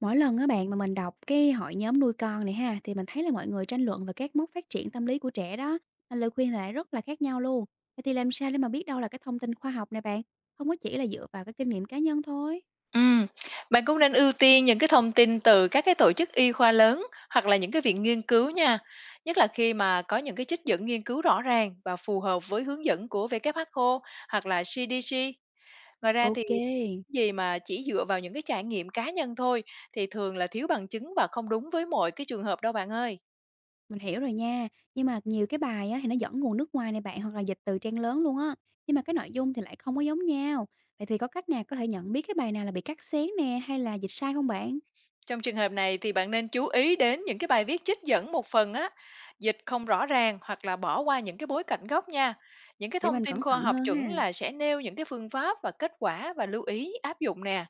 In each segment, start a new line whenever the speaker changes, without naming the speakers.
Mỗi lần á bạn mà mình đọc cái hội nhóm nuôi con này ha, thì mình thấy là mọi người tranh luận về các mốc phát triển tâm lý của trẻ đó, mà lời khuyên thì lại rất là khác nhau luôn. Vậy thì làm sao để mà biết đâu là cái thông tin khoa học này bạn, không có chỉ là dựa vào cái kinh nghiệm cá nhân thôi.
Ừm, bạn cũng nên ưu tiên những cái thông tin từ các cái tổ chức y khoa lớn hoặc là những cái viện nghiên cứu nha. Nhất là khi mà có những cái trích dẫn nghiên cứu rõ ràng và phù hợp với hướng dẫn của WHO hoặc là CDC. Ngoài ra thì
Ok.
cái gì mà chỉ dựa vào những cái trải nghiệm cá nhân thôi thì thường là thiếu bằng chứng và không đúng với mọi cái trường hợp đâu bạn ơi.
Mình hiểu rồi nha, nhưng mà nhiều cái bài á thì nó dẫn nguồn nước ngoài này bạn, hoặc là dịch từ trang lớn luôn á, nhưng mà cái nội dung thì lại không có giống nhau. Vậy thì có cách nào có thể nhận biết cái bài nào là bị cắt xén nè, hay là dịch sai không bạn,
Trong trường hợp này thì bạn nên chú ý đến những cái bài viết trích dẫn một phần á, dịch không rõ ràng hoặc là bỏ qua những cái bối cảnh gốc nha. Những cái
để
thông
mình
tin
cẩn
khoa
thận
học
hơn ha.
chuẩn là sẽ nêu những cái phương pháp và kết quả và lưu ý áp dụng nè.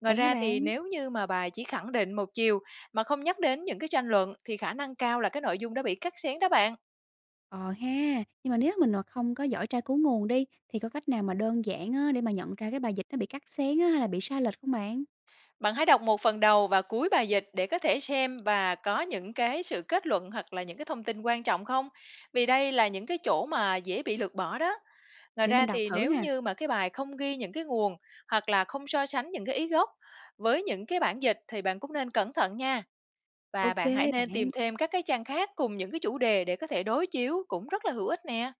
Ngoài
Vậy hả
ra thì
bạn?
nếu như mà bài chỉ khẳng định một chiều mà không nhắc đến những cái tranh luận thì khả năng cao là cái nội dung đã bị cắt xén đó bạn.
Ờ ha, nhưng mà nếu mình mà không có giỏi tra cứu nguồn đi, thì có cách nào mà đơn giản á, để mà nhận ra cái bài dịch nó bị cắt xén á, hay là bị sai lệch không bạn?
Bạn hãy đọc một phần đầu và cuối bài dịch để có thể xem và có những cái sự kết luận hoặc là những cái thông tin quan trọng không? Vì đây là những cái chỗ mà dễ bị lược bỏ đó. Ngoài
Để
ra
mình đọc
thì
thử
nếu
ha.
như mà cái bài không ghi những cái nguồn hoặc là không so sánh những cái ý gốc với những cái bản dịch thì bạn cũng nên cẩn thận nha. Và
OK
bạn hãy nên tìm
bạn,
thêm các cái trang khác cùng những cái chủ đề để có thể đối chiếu cũng rất là hữu ích nè.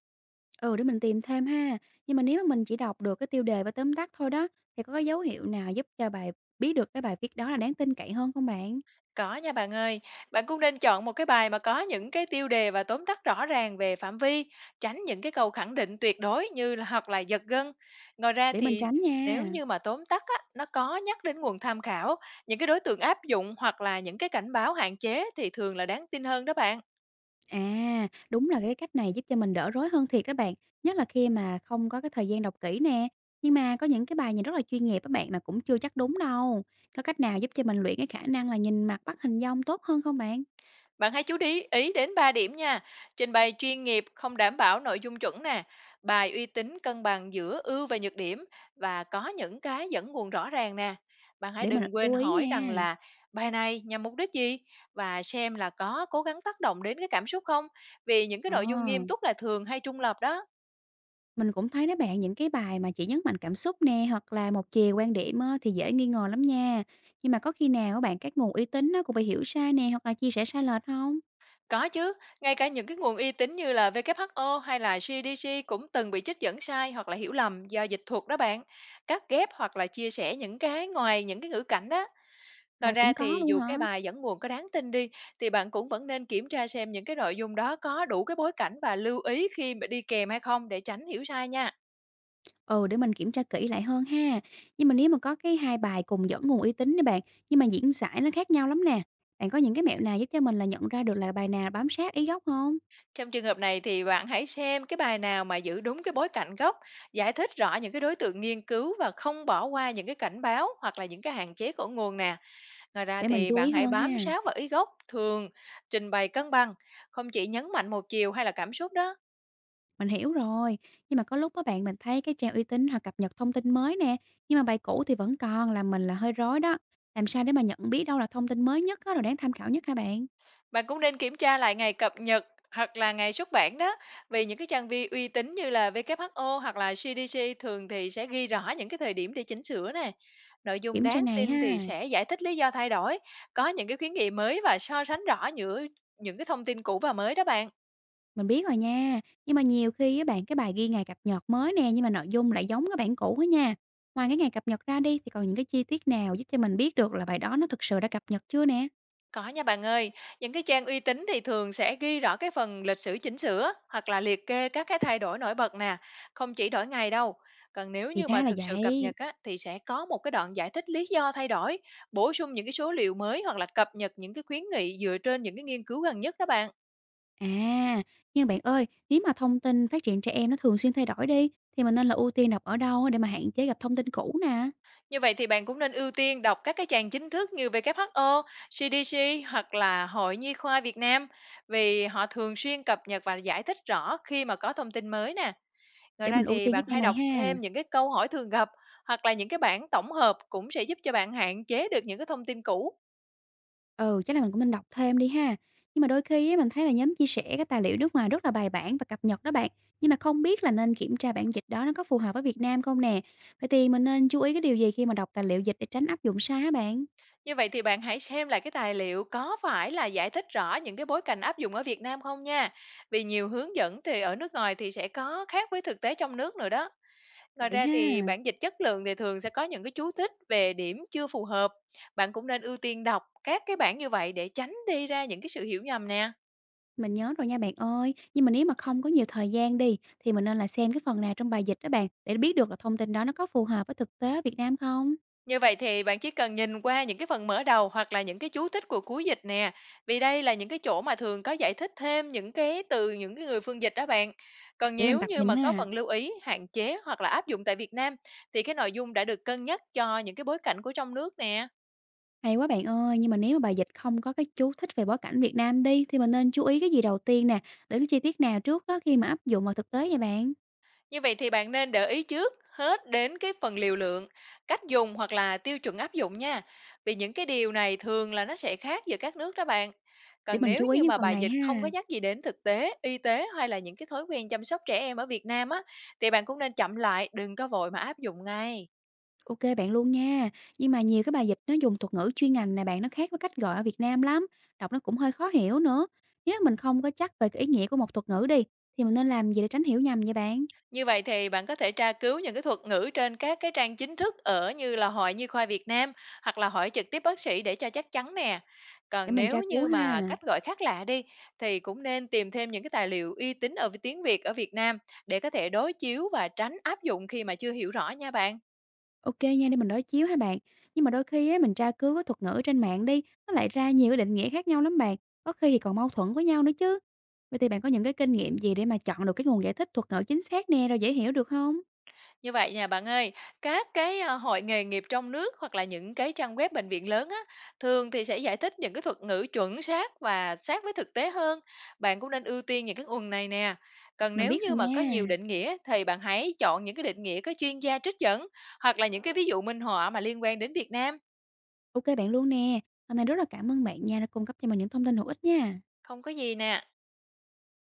ừ, để mình tìm thêm ha. Nhưng mà nếu mà mình chỉ đọc được cái tiêu đề và tóm tắt thôi đó, thì có cái dấu hiệu nào giúp cho bài biết được cái bài viết đó là đáng tin cậy hơn không bạn?
Có nha bạn ơi, bạn cũng nên chọn một cái bài mà có những cái tiêu đề và tóm tắt rõ ràng về phạm vi, tránh những cái câu khẳng định tuyệt đối như là hoặc là giật gân. Ngoài ra
Để mình
thì
tránh
nếu
nha.
như mà tóm tắt á, nó có nhắc đến nguồn tham khảo, những cái đối tượng áp dụng hoặc là những cái cảnh báo hạn chế thì thường là đáng tin hơn đó bạn.
À, đúng là cái cách này giúp cho mình đỡ rối hơn thiệt đó bạn, nhất là khi mà không có cái thời gian đọc kỹ nè. Nhưng mà có những cái bài nhìn rất là chuyên nghiệp các bạn, mà cũng chưa chắc đúng đâu. Có cách nào giúp cho mình luyện cái khả năng là nhìn mặt bắt hình dong tốt hơn không bạn?
Bạn hãy chú ý ý đến 3 điểm nha. Trình bày chuyên nghiệp không đảm bảo nội dung chuẩn nè, bài uy tín cân bằng giữa ưu và nhược điểm và có những cái dẫn nguồn rõ ràng nè. Bạn hãy
Để mình
đừng quên
chú ý
hỏi rằng
nha.
là bài này nhằm mục đích gì và xem là có cố gắng tác động đến cái cảm xúc không? Vì những cái
Ờ,
nội dung nghiêm túc là thường hay trung lập đó.
mình cũng thấy đó bạn, những cái bài mà chỉ nhấn mạnh cảm xúc nè, hoặc là một chiều quan điểm á, thì dễ nghi ngờ lắm nha. Nhưng mà có khi nào các bạn, các nguồn uy tín nó cũng bị hiểu sai nè, hoặc là chia sẻ sai lệch không?
Có chứ, ngay cả những cái nguồn uy tín như là WHO hay là CDC cũng từng bị trích dẫn sai hoặc là hiểu lầm do dịch thuật đó bạn. Cắt ghép hoặc là chia sẻ những cái ngoài những cái ngữ cảnh đó. Ngoài
Là
ra
cũng có
thì
luôn
dù
hả?
cái bài dẫn nguồn có đáng tin đi thì bạn cũng vẫn nên kiểm tra xem những cái nội dung đó có đủ cái bối cảnh và lưu ý khi mà đi kèm hay không để tránh hiểu sai nha.
Ừ, để mình kiểm tra kỹ lại hơn ha. Nhưng mà nếu mà có cái hai bài cùng dẫn nguồn uy tín đi bạn, nhưng mà diễn giải nó khác nhau lắm nè. Bạn có những cái mẹo nào giúp cho mình là nhận ra được là bài nào bám sát ý gốc không?
Trong trường hợp này thì bạn hãy xem cái bài nào mà giữ đúng cái bối cảnh gốc, giải thích rõ những cái đối tượng nghiên cứu và không bỏ qua những cái cảnh báo hoặc là những cái hạn chế của nguồn nè. Ngoài ra
Để mình
thì
chú ý
bạn hãy
hơn
bám
ha.
sát vào ý gốc, thường trình bày cân bằng, không chỉ nhấn mạnh một chiều hay là cảm xúc đó.
Mình hiểu rồi. Nhưng mà có lúc đó bạn, mình thấy cái trang uy tín hoặc cập nhật thông tin mới nè, nhưng mà bài cũ thì vẫn còn làm mình là hơi rối đó. Làm sao để mà nhận biết đâu là thông tin mới nhất á, rồi đáng tham khảo nhất hả bạn?
Bạn cũng nên kiểm tra lại ngày cập nhật hoặc là ngày xuất bản đó, vì những cái trang vi uy tín như là WHO hoặc là CDC thường thì sẽ ghi rõ những cái thời điểm để chỉnh sửa nè. Nội dung
Kiểm tra
đáng
ngày
tin thì
ha.
sẽ giải thích lý do thay đổi, có những cái khuyến nghị mới và so sánh rõ giữa những cái thông tin cũ và mới đó bạn.
Mình biết rồi nha, nhưng mà nhiều khi á bạn, cái bài ghi ngày cập nhật mới nè, nhưng mà nội dung lại giống cái bản cũ á nha. Ngoài cái ngày cập nhật ra đi, thì còn những cái chi tiết nào giúp cho mình biết được là bài đó nó thực sự đã cập nhật chưa nè?
Có nha bạn ơi, những cái trang uy tín thì thường sẽ ghi rõ cái phần lịch sử chỉnh sửa hoặc là liệt kê các cái thay đổi nổi bật nè, không chỉ đổi ngày đâu. Còn nếu
Thì
như mà
ra là
thực sự cập
vậy.
nhật á, thì sẽ có một cái đoạn giải thích lý do thay đổi, bổ sung những cái số liệu mới hoặc là cập nhật những cái khuyến nghị dựa trên những cái nghiên cứu gần nhất đó bạn.
À, nhưng bạn ơi, nếu mà thông tin phát triển trẻ em nó thường xuyên thay đổi đi, thì mình nên là ưu tiên đọc ở đâu để mà hạn chế gặp thông tin cũ nè?
Như vậy thì bạn cũng nên ưu tiên đọc các cái trang chính thức như WHO, CDC hoặc là Hội Nhi khoa Việt Nam vì họ thường xuyên cập nhật và giải thích rõ khi mà có thông tin mới nè. Ngoài
Để
ra
mình ưu
thì
tiên cái
bạn
trang
hãy
này
đọc
ha.
thêm những cái câu hỏi thường gặp hoặc là những cái bản tổng hợp cũng sẽ giúp cho bạn hạn chế được những cái thông tin cũ.
Ừ, chắc là mình cũng nên đọc thêm đi ha. Nhưng mà đôi khi á, mình thấy là nhóm chia sẻ cái tài liệu nước ngoài rất là bài bản và cập nhật đó bạn. Nhưng mà không biết là nên kiểm tra bản dịch đó nó có phù hợp với Việt Nam không nè. Vậy thì mình nên chú ý cái điều gì khi mà đọc tài liệu dịch để tránh áp dụng sai hả bạn?
Như vậy thì bạn hãy xem lại cái tài liệu có phải là giải thích rõ những cái bối cảnh áp dụng ở Việt Nam không nha. Vì nhiều hướng dẫn thì ở nước ngoài thì sẽ có khác với thực tế trong nước nữa đó. Ngoài
Vậy
ra thì
ha.
bản dịch chất lượng thì thường sẽ có những cái chú thích về điểm chưa phù hợp. Bạn cũng nên ưu tiên đọc các cái bản như vậy để tránh đi ra những cái sự hiểu nhầm nè.
Mình nhớ rồi nha bạn ơi. Nhưng mà nếu mà không có nhiều thời gian đi, thì mình nên là xem cái phần nào trong bài dịch đó bạn, để biết được là thông tin đó nó có phù hợp với thực tế ở Việt Nam không?
Như vậy thì bạn chỉ cần nhìn qua những cái phần mở đầu hoặc là những cái chú thích của cuối dịch nè, vì đây là những cái chỗ mà thường có giải thích thêm những cái từ những cái người phương dịch đó bạn. Còn
Để mình
nếu
tập
như
nhìn
mà có
ha.
phần lưu ý, hạn chế hoặc là áp dụng tại Việt Nam thì cái nội dung đã được cân nhắc cho những cái bối cảnh của trong nước nè.
Hay quá bạn ơi, nhưng mà nếu mà bài dịch không có cái chú thích về bối cảnh Việt Nam đi, thì mình nên chú ý cái gì đầu tiên nè, để cái chi tiết nào trước đó khi mà áp dụng vào thực tế vậy bạn?
Như vậy thì bạn nên để ý trước hết đến cái phần liều lượng, cách dùng hoặc là tiêu chuẩn áp dụng nha. Vì những cái điều này thường là nó sẽ khác giữa các nước đó bạn.
Để
Còn
mình
nếu
chú ý
như
những
mà
phần
bài
này
dịch không
ha.
có nhắc gì đến thực tế, y tế hay là những cái thói quen chăm sóc trẻ em ở Việt Nam á, thì bạn cũng nên chậm lại, đừng có vội mà áp dụng ngay.
Ok bạn luôn nha. Nhưng mà nhiều cái bài dịch nó dùng thuật ngữ chuyên ngành này bạn, nó khác với cách gọi ở Việt Nam lắm, đọc nó cũng hơi khó hiểu nữa. Nếu mình không có chắc về cái ý nghĩa của một thuật ngữ đi, thì mình nên làm gì để tránh hiểu nhầm vậy bạn?
Như vậy thì bạn có thể tra cứu những cái thuật ngữ trên các cái trang chính thức ở như là Hội Nhi khoa Việt Nam hoặc là hỏi trực tiếp bác sĩ để cho chắc chắn nè.
Để
Còn
mình
nếu
tra cứu
như mà
ha.
cách gọi khác lạ đi thì cũng nên tìm thêm những cái tài liệu uy tín ở tiếng Việt ở Việt Nam để có thể đối chiếu và tránh áp dụng khi mà chưa hiểu rõ nha bạn.
OK nha, để mình đối chiếu ha bạn. Nhưng mà đôi khi á, mình tra cứu cái thuật ngữ trên mạng đi, nó lại ra nhiều cái định nghĩa khác nhau lắm bạn, có khi thì còn mâu thuẫn với nhau nữa chứ. Vậy thì bạn có những cái kinh nghiệm gì để mà chọn được cái nguồn giải thích thuật ngữ chính xác nè, rồi dễ hiểu được không?
Như vậy nha bạn ơi, các cái, hội nghề nghiệp trong nước hoặc là những cái trang web bệnh viện lớn á, thường thì sẽ giải thích những cái thuật ngữ chuẩn xác và sát với thực tế hơn. Bạn cũng nên ưu tiên những cái nguồn này nè. Còn
Mình
nếu
biết
như
rồi
mà có
nha.
nhiều định nghĩa thì bạn hãy chọn những cái định nghĩa có chuyên gia trích dẫn hoặc là những cái ví dụ minh họa mà liên quan đến Việt Nam.
OK bạn luôn nè. Hôm nay rất là cảm ơn bạn nha, đã cung cấp cho mình những thông tin hữu ích nha.
Không có gì nè.